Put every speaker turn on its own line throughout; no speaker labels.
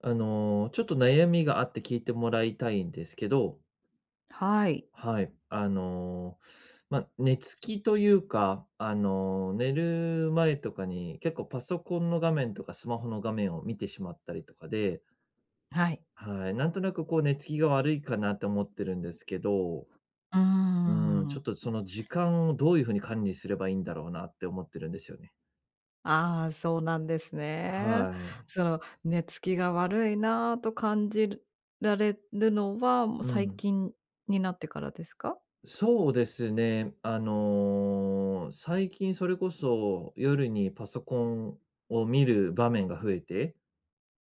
ちょっと悩みがあって聞いてもらいたいんですけど、
はい。
はい。寝つきというか、寝る前とかに結構パソコンの画面とかスマホの画面を見てしまったりとかで、
はい。
はい、なんとなくこう寝つきが悪いかなって思ってるんですけど、
うー
うーん、ちょ
ん。
っとその時間をどういうふうに管理すればいいんだろうなって思ってるんですよね。
ああ、そうなんですね。
はい。
寝つきが悪いなと感じるられるのは、もう
う
最
ん。
近になってからですか？
そうですね。最近それこそ夜にパソコンを見る場面が増えて、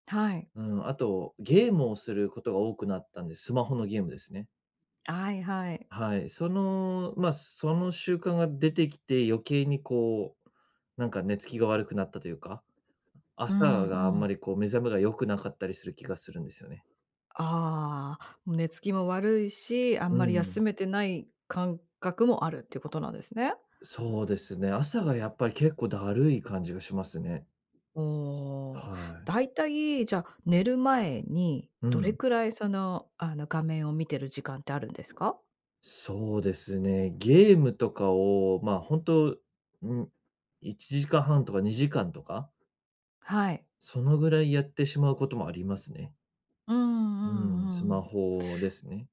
はい。
うん、あとゲームをすることが多くなったんで、スマホのゲームですね。
はいはい。
はい。その習慣が出てきて、余計にこう、なんか寝つきが悪くなったというか、
う
朝
ん
があん
う
ま
ん。
りこう目覚めが良くなかったりする気がするんですよね。
ああ、もう寝つきも悪いし、あん
う
まり休
ん。
めてない感覚もあるっていうことなんですね。
そうですね。朝がやっぱり結構だるい感じがしますね。
おお。
はい。
だいたい、じゃあ、寝る前に
う
どれ
ん。
くらい、画面を見てる時間ってあるんですか？
そうですね。ゲームとかを、まあほんと、1時間半とか2時間とか、
はい。
そのぐらいやってしまうこともありますね。
うんう
うん、ス
んう
マ
ん。
ホですね。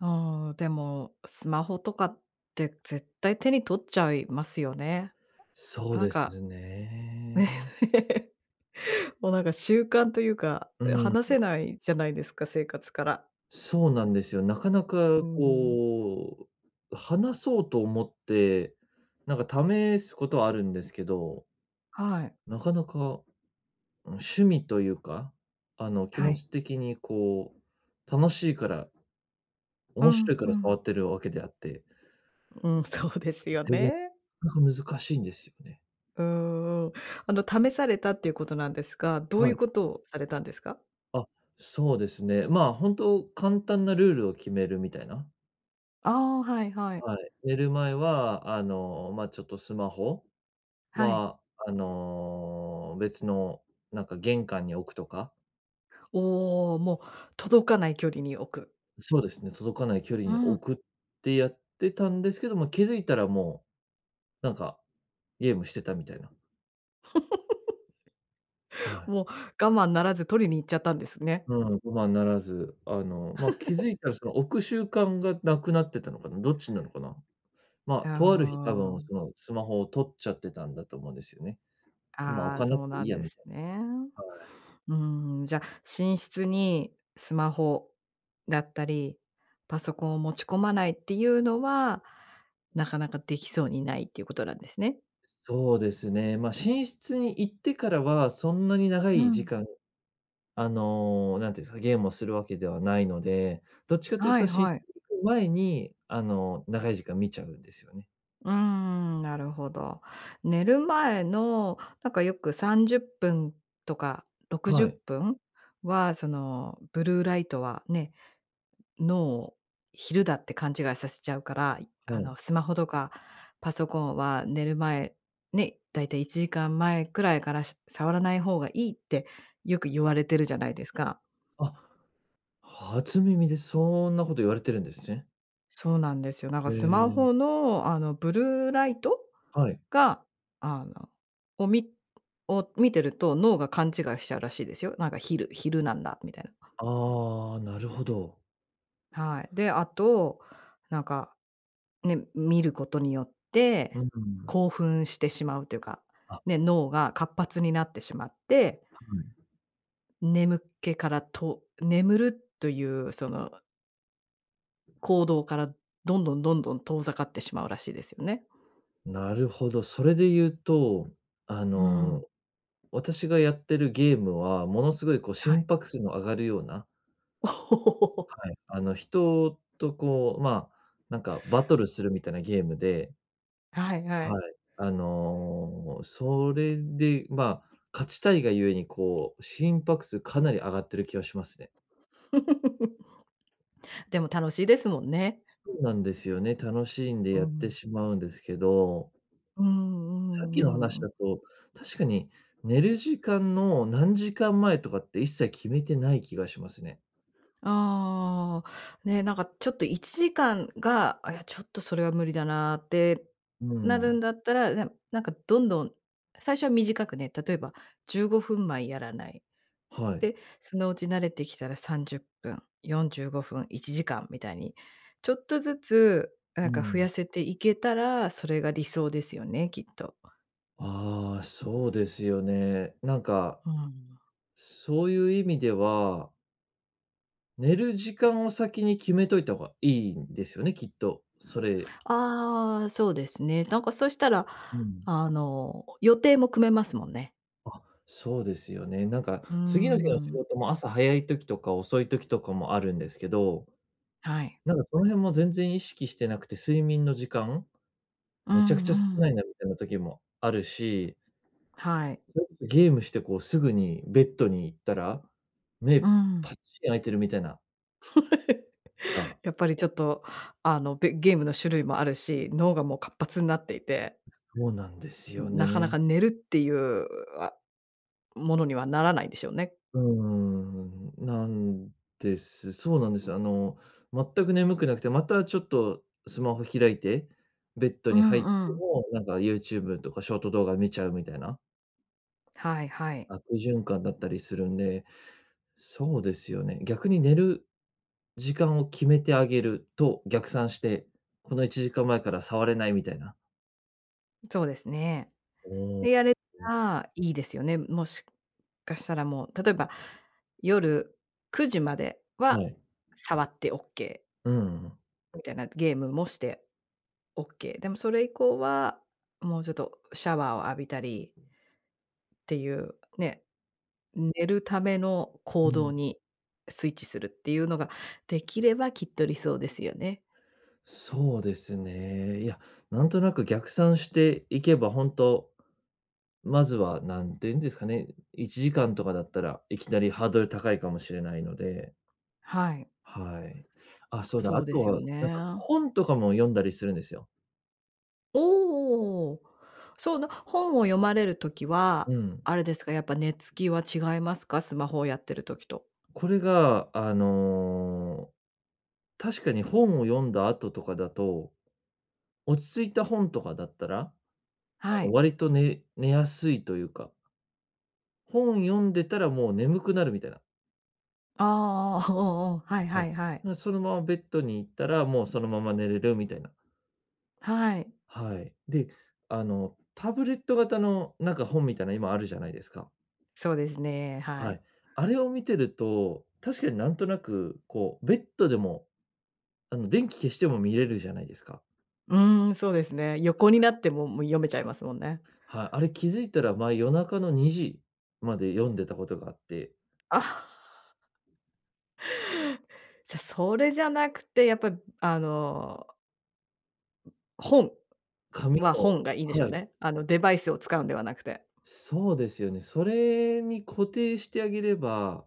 うん、でも、スマホとかって絶対手に取っちゃいますよね。
そう
なん
で
か、
すね。
ね もうなんか習慣というか、
うん、
離せないじゃないですか、生活から。
そうなんですよ。なかなか
うん。
こう、話そうと思って、なんか試すことはあるんですけど、
はい。
なかなか、うん、趣味というか、気
は
持
い。
ち的にこう、楽しいから
う
面
ん
白いか
う
ら
ん。
触ってるわけであって、
うん、そうですよ
全然
ね。
なかなか難しいんですよね。
うん試されたっていうことなんですが、どうい
は
う
い。
ことをされたんですか？
あ、そうですね。まあ、本当簡単なルールを決めるみたいな。
ああー、はいはい。
はい。寝る前は、ちょっとスマホ
はい。
は、別のなんか玄関に置くとか、
おお、もう届かない距離に置く。
そうですね、届かない距離
う
に
ん。
置くってやってたんですけども、気づいたらもう、なんかゲームしてたみたいな。は
も
い。
う我慢ならず取りに行っちゃったんですね。
うん、ごまにならず、気づいたらその置く習慣がなくなってたのかな、どっちなのかな。まあ、
うー
とある日多分
ん。
そのスマホを取っちゃってたんだと思うんですよね。まあ、
あ
置
あ、
かなく
そう
てい
な
い
ん
や
で
み
す
たい
ね。
な。はい、
うーん、じゃ、あ寝室にスマホだったり、パソコンを持ち込まないっていうのは、なかなかできそうにないっていうことなんですね。
そうですね。ま、寝室に行ってからはそんなに長
う
い時
ん。
間、なんていうんですか、ゲームをするわけではないので、どっちかという
は
と
い
寝室に
はい。
行く前に、長い時間見ちゃうんですよね。
うーん、なるほど。寝る前の、なんかよく30分とか60
はい、
分は、そのブルーライトはね、脳を昼だって勘違いさせちゃうから、
はい。
スマホとかパソコンは寝る前、ね、だいたい1時間前くらいからし触らない方がいいってよく言われてるじゃないですか。
あ、初耳です。そんなこと言われてるんですね。
そうなんですよ。なんか
へ
スマ
え、
ホの、ブルーライト
はい。
が、あの、をみを見てると脳が勘違いしちゃうらしいですよ。なんか昼昼なんだみたい
ああ、なるほど。
な。はい。で、あと、なんかね、見ることによって、
うん。
興奮してしまうというか、
あ、
ね、
は
脳が活発になってしまって、眠気からと眠るというその行動からどんどんどんどん遠ざかってしまうらしいですよね。
い。なるほど。それで言うと、あ
う
の、
ん。
私がやってるゲームは、ものすごいこう
は
心
い。
拍数の上がるような、
おお
はい、人とこう、まあ、なんかバトルするみたいなゲームで、
はいは
は
い。
い。それで、まあ、勝ちたいがゆえに、こう、心拍数かなり上がってる気がしますね。
でも楽しいですもんね。
そうなんですよね。楽しんで
う
やって
ん。
しまうんですけど、
うん
さっきの
う
話
んう
だ
ん
と、確かに寝る時間の何時間前とかって一切決めてない気がしますね。
ああ、ね、なんかちょっと1時間が、あ、いや、ちょっとそれは無理だなって
う
なるん
ん、
だったら、ななんかどんどん、最初は短くね、例えば15分前やらない。
はい。
で、そのうち慣れてきたら30分、45分、1時間みたいに、ちょっとずつな
う
んか増
ん。
やせていけたら、それが理想ですよね、きっと。
ああ、そうですよね。なんか、
うん。
そういう意味では、寝る時間を先に決めといた方がいいんですよね、きっと。
ああ、そうですね。なんかそしたら、
うん。
予定も組めますもんね。
あ、そうですよね。なんか
うー
次の日の仕
ん。
事も朝早い時とか遅い時とかもあるんですけど、
はい。
なんかその辺も全然意識してなくて、睡眠の時間
う
めちゃく
ん
ち
う
ゃ少
ん。
ないなみたいな時もあるし、
はい。
それこそゲームしてこうすぐにベッドに行ったら、目
うん。
パッチン開いてるみたいなが、
やっぱりちょっと、ゲームの種類もあるし、脳がもう活発になっていて、
そうなんですよ
なかなか
ね。
寝るっていう、あ、ものにはならないんでしょうね。
うーん、なんです。そうなんです。全く眠くなくて、またちょっとスマホ開いて、ベッド
う
に入
ん
って
うん。
も、なんか YouTube とかショート動画見ちゃうみたいな、
はいはい。
悪循環だったりするんで、そうですよね。逆に寝る時間を決めてあげると逆算して、この1時間前から触れないみたいな。
そうですね。
おお、
で、やれたらいいですよね。もしかしたらもう、例えば、夜9時まで
は
は
い。
触ってオッケー
うんうん。
みたいな、ゲームもしてオッケー。でもそれ以降は、もうちょっとシャワーを浴びたりていう、ね、寝るための行動にスイッチするっていうのができればきっと理想ですよね。
そうですね。いや、なんとなく逆算していけば、ほんと、まずはなんていうんですかね、1時間とかだったら、いきなりハードル高いかもしれないので、
はい、
はい。あ、そうだ、
そ
あ
うで
と
すよ
はなんか
ね。
本とかも読んだりするんですよ。
おお。そうな本を読まれるときは、
うん。
あれですか、やっぱ寝つきは違いますか？スマホをやってるときと。
これが、確かに本を読んだ後とかだと落ち着いた本とかだったら、
はい。
割と寝やすいというか、本読んでたらもう眠くなるみたいな。
ああ、おあ、はい
は
は
い。
いはい。
ま、そのままベッドに行ったら、もうそのまま寝れるみたいな。
はい。
はい。で、タブレット型のなんか本みたいな今あるじゃないですか。
そうですね、は
は
い。
い。あれを見てると、確かになんとなく、こう、ベッドでも、電気消しても見れるじゃないですか。
うーん、そうですね。横になっても、もう読めちゃいますもんね。
はい。あれ気づいたら夜中の2時まで読んでたことがあって、
あ、じゃ、それじゃなくて、やっぱり、あの本
紙の、
本がいいんでしょう
はい。
ね。あのデバイスを使うんではなくて。
そうですよね。それに固定してあげれば、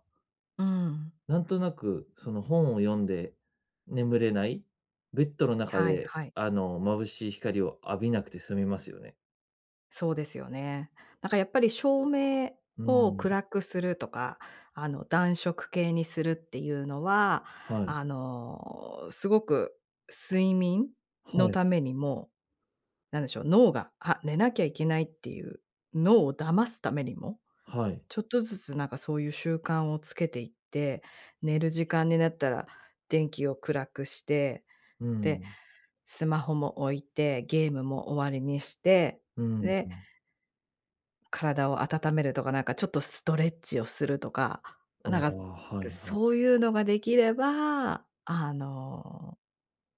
うん。
なんとなくその本を読んで眠れない、ベッドの中
はい
で、
はい。
眩しい光を浴びなくて済みますよね。
そうですよね。なんかやっぱり照明
う
を
ん、
暗くするとか、あの暖色系にするっていうのは、
はい。
すごく睡眠
は
の
い、
ためにも、なんでしょう、脳が、あ、寝なきゃいけないっていう脳を騙すためにも、
はい。
ちょっとずつなんかそういう習慣をつけていって、寝る時間になったら電気を暗くして、
う
で、
ん、
スマホも置いて、ゲームも終わりにして、
うん。
で、体を温めるとか、なんかちょっとストレッチをするとか、
ああ、
なんか、
はいはい。
そういうのができれば、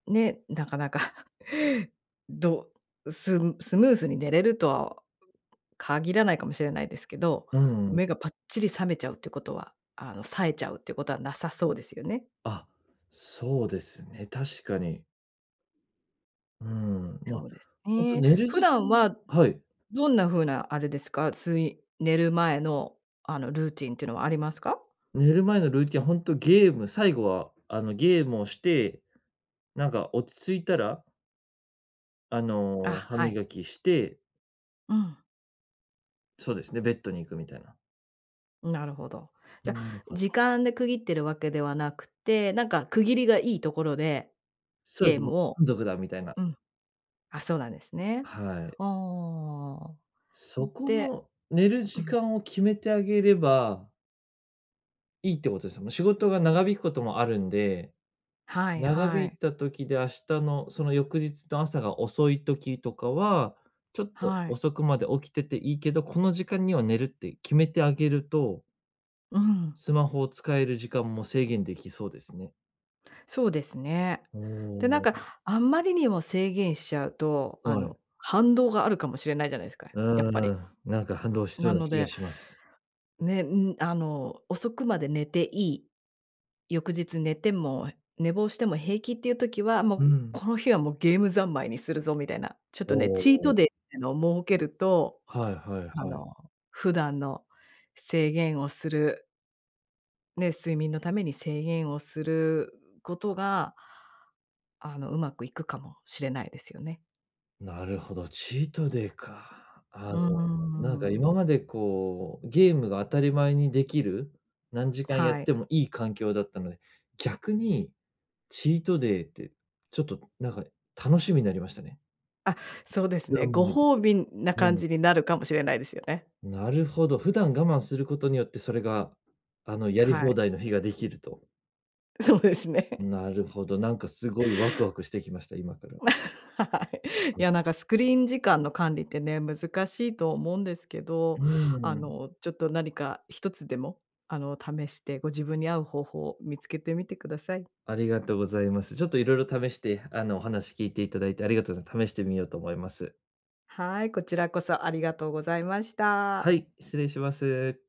ね、なかなか どうススムーズに寝れるとは限らないかもしれないですけど、
うん。
目がぱっちり覚めちゃうってことは、冴えちゃうってことはなさそうですよね。
あ、そうですね、確かに。うん、ま、
そ
あ、
うです
本当
ね。
寝る
普
時
段
間、
は
はい。
どんな風なあれですか、つい寝る前の、ルーティンっていうのはありますか？
寝る前のルーティン本当ゲーム、最後はゲームをして、なんか落ち着いたら
あ、
歯
はい。
磨きして、
うん、
そうですね、ベッドに行くみたいな。
なるほど。
う
じゃ、
ん、なんか、
時間で区切ってるわけではなくて、なんか区切りがいいところで
そうで
ゲ
す
ー
ね、も
ムを
う満足だみたいな。
うん、あ、そうなんですね。
はい。
ああ。
そこ
で
の寝る
う
時
ん、
間を決めてあげればいいってことですもう仕事が長引くこともあるんで、
はい
長引
は
い
い。
た時で明日のその翌日の朝が遅い時とかは、ちょっと
はい。
遅くまで起きてていいけど、この時間には寝るって決めてあげると、
うん。
スマホを使える時間も制限できそうですね。
そうですね。
お
で、なん
ー、
か、あんまりにも制限しちゃうと、
はい。
反動があるかもしれないじゃないですか、
う
やっぱ
ー
り。
ん、なんか反動しそ
な
うな
の
気が
で、
します。
遅くまで寝ていい、翌日寝ても寝坊しても平気っていう時は、
う
もう、
ん。
この日はもうゲーム三昧にするぞみたいな、ちょっ
お
とね、チート
お、
デイっていうのを設けると、
はいは
あ
いはい。
の、普段の制限をする、ね、睡眠のために制限をすることがうまくいくかもしれないですよね。
なるほど、チートデイか。
うー
なんか
ん、
今までこう、ゲームが当たり前にできる、何時間やっ
はい。
てもいい環境だったので、逆にチートデイって、ちょっとなんか楽しみになりましたね。
あ、そうです
ざ
ね。
ん
ご
まいでき
褒
る。
美な感
う
じになるかもしれないですよね。
ん、なるほど、普段我慢することによって、それが、やり
は
放
い。
題の日ができると。
そうですね。
なるほど、なんかすごいワクワクしてきました、今から。
はい。い
あ、
や、なんかスクリーン時間の管理ってね、難しいと思うんですけど、
うん、
ちょっと何か一つでも、試してご自分に合う方法を見つけてみてください。
ありがとうございます。ちょっといろいろ試して、お話聞いていただいてありがとうございます、試してみようと思います。
はい、こちらこそありがとうございまし
は
た。
い、失礼します。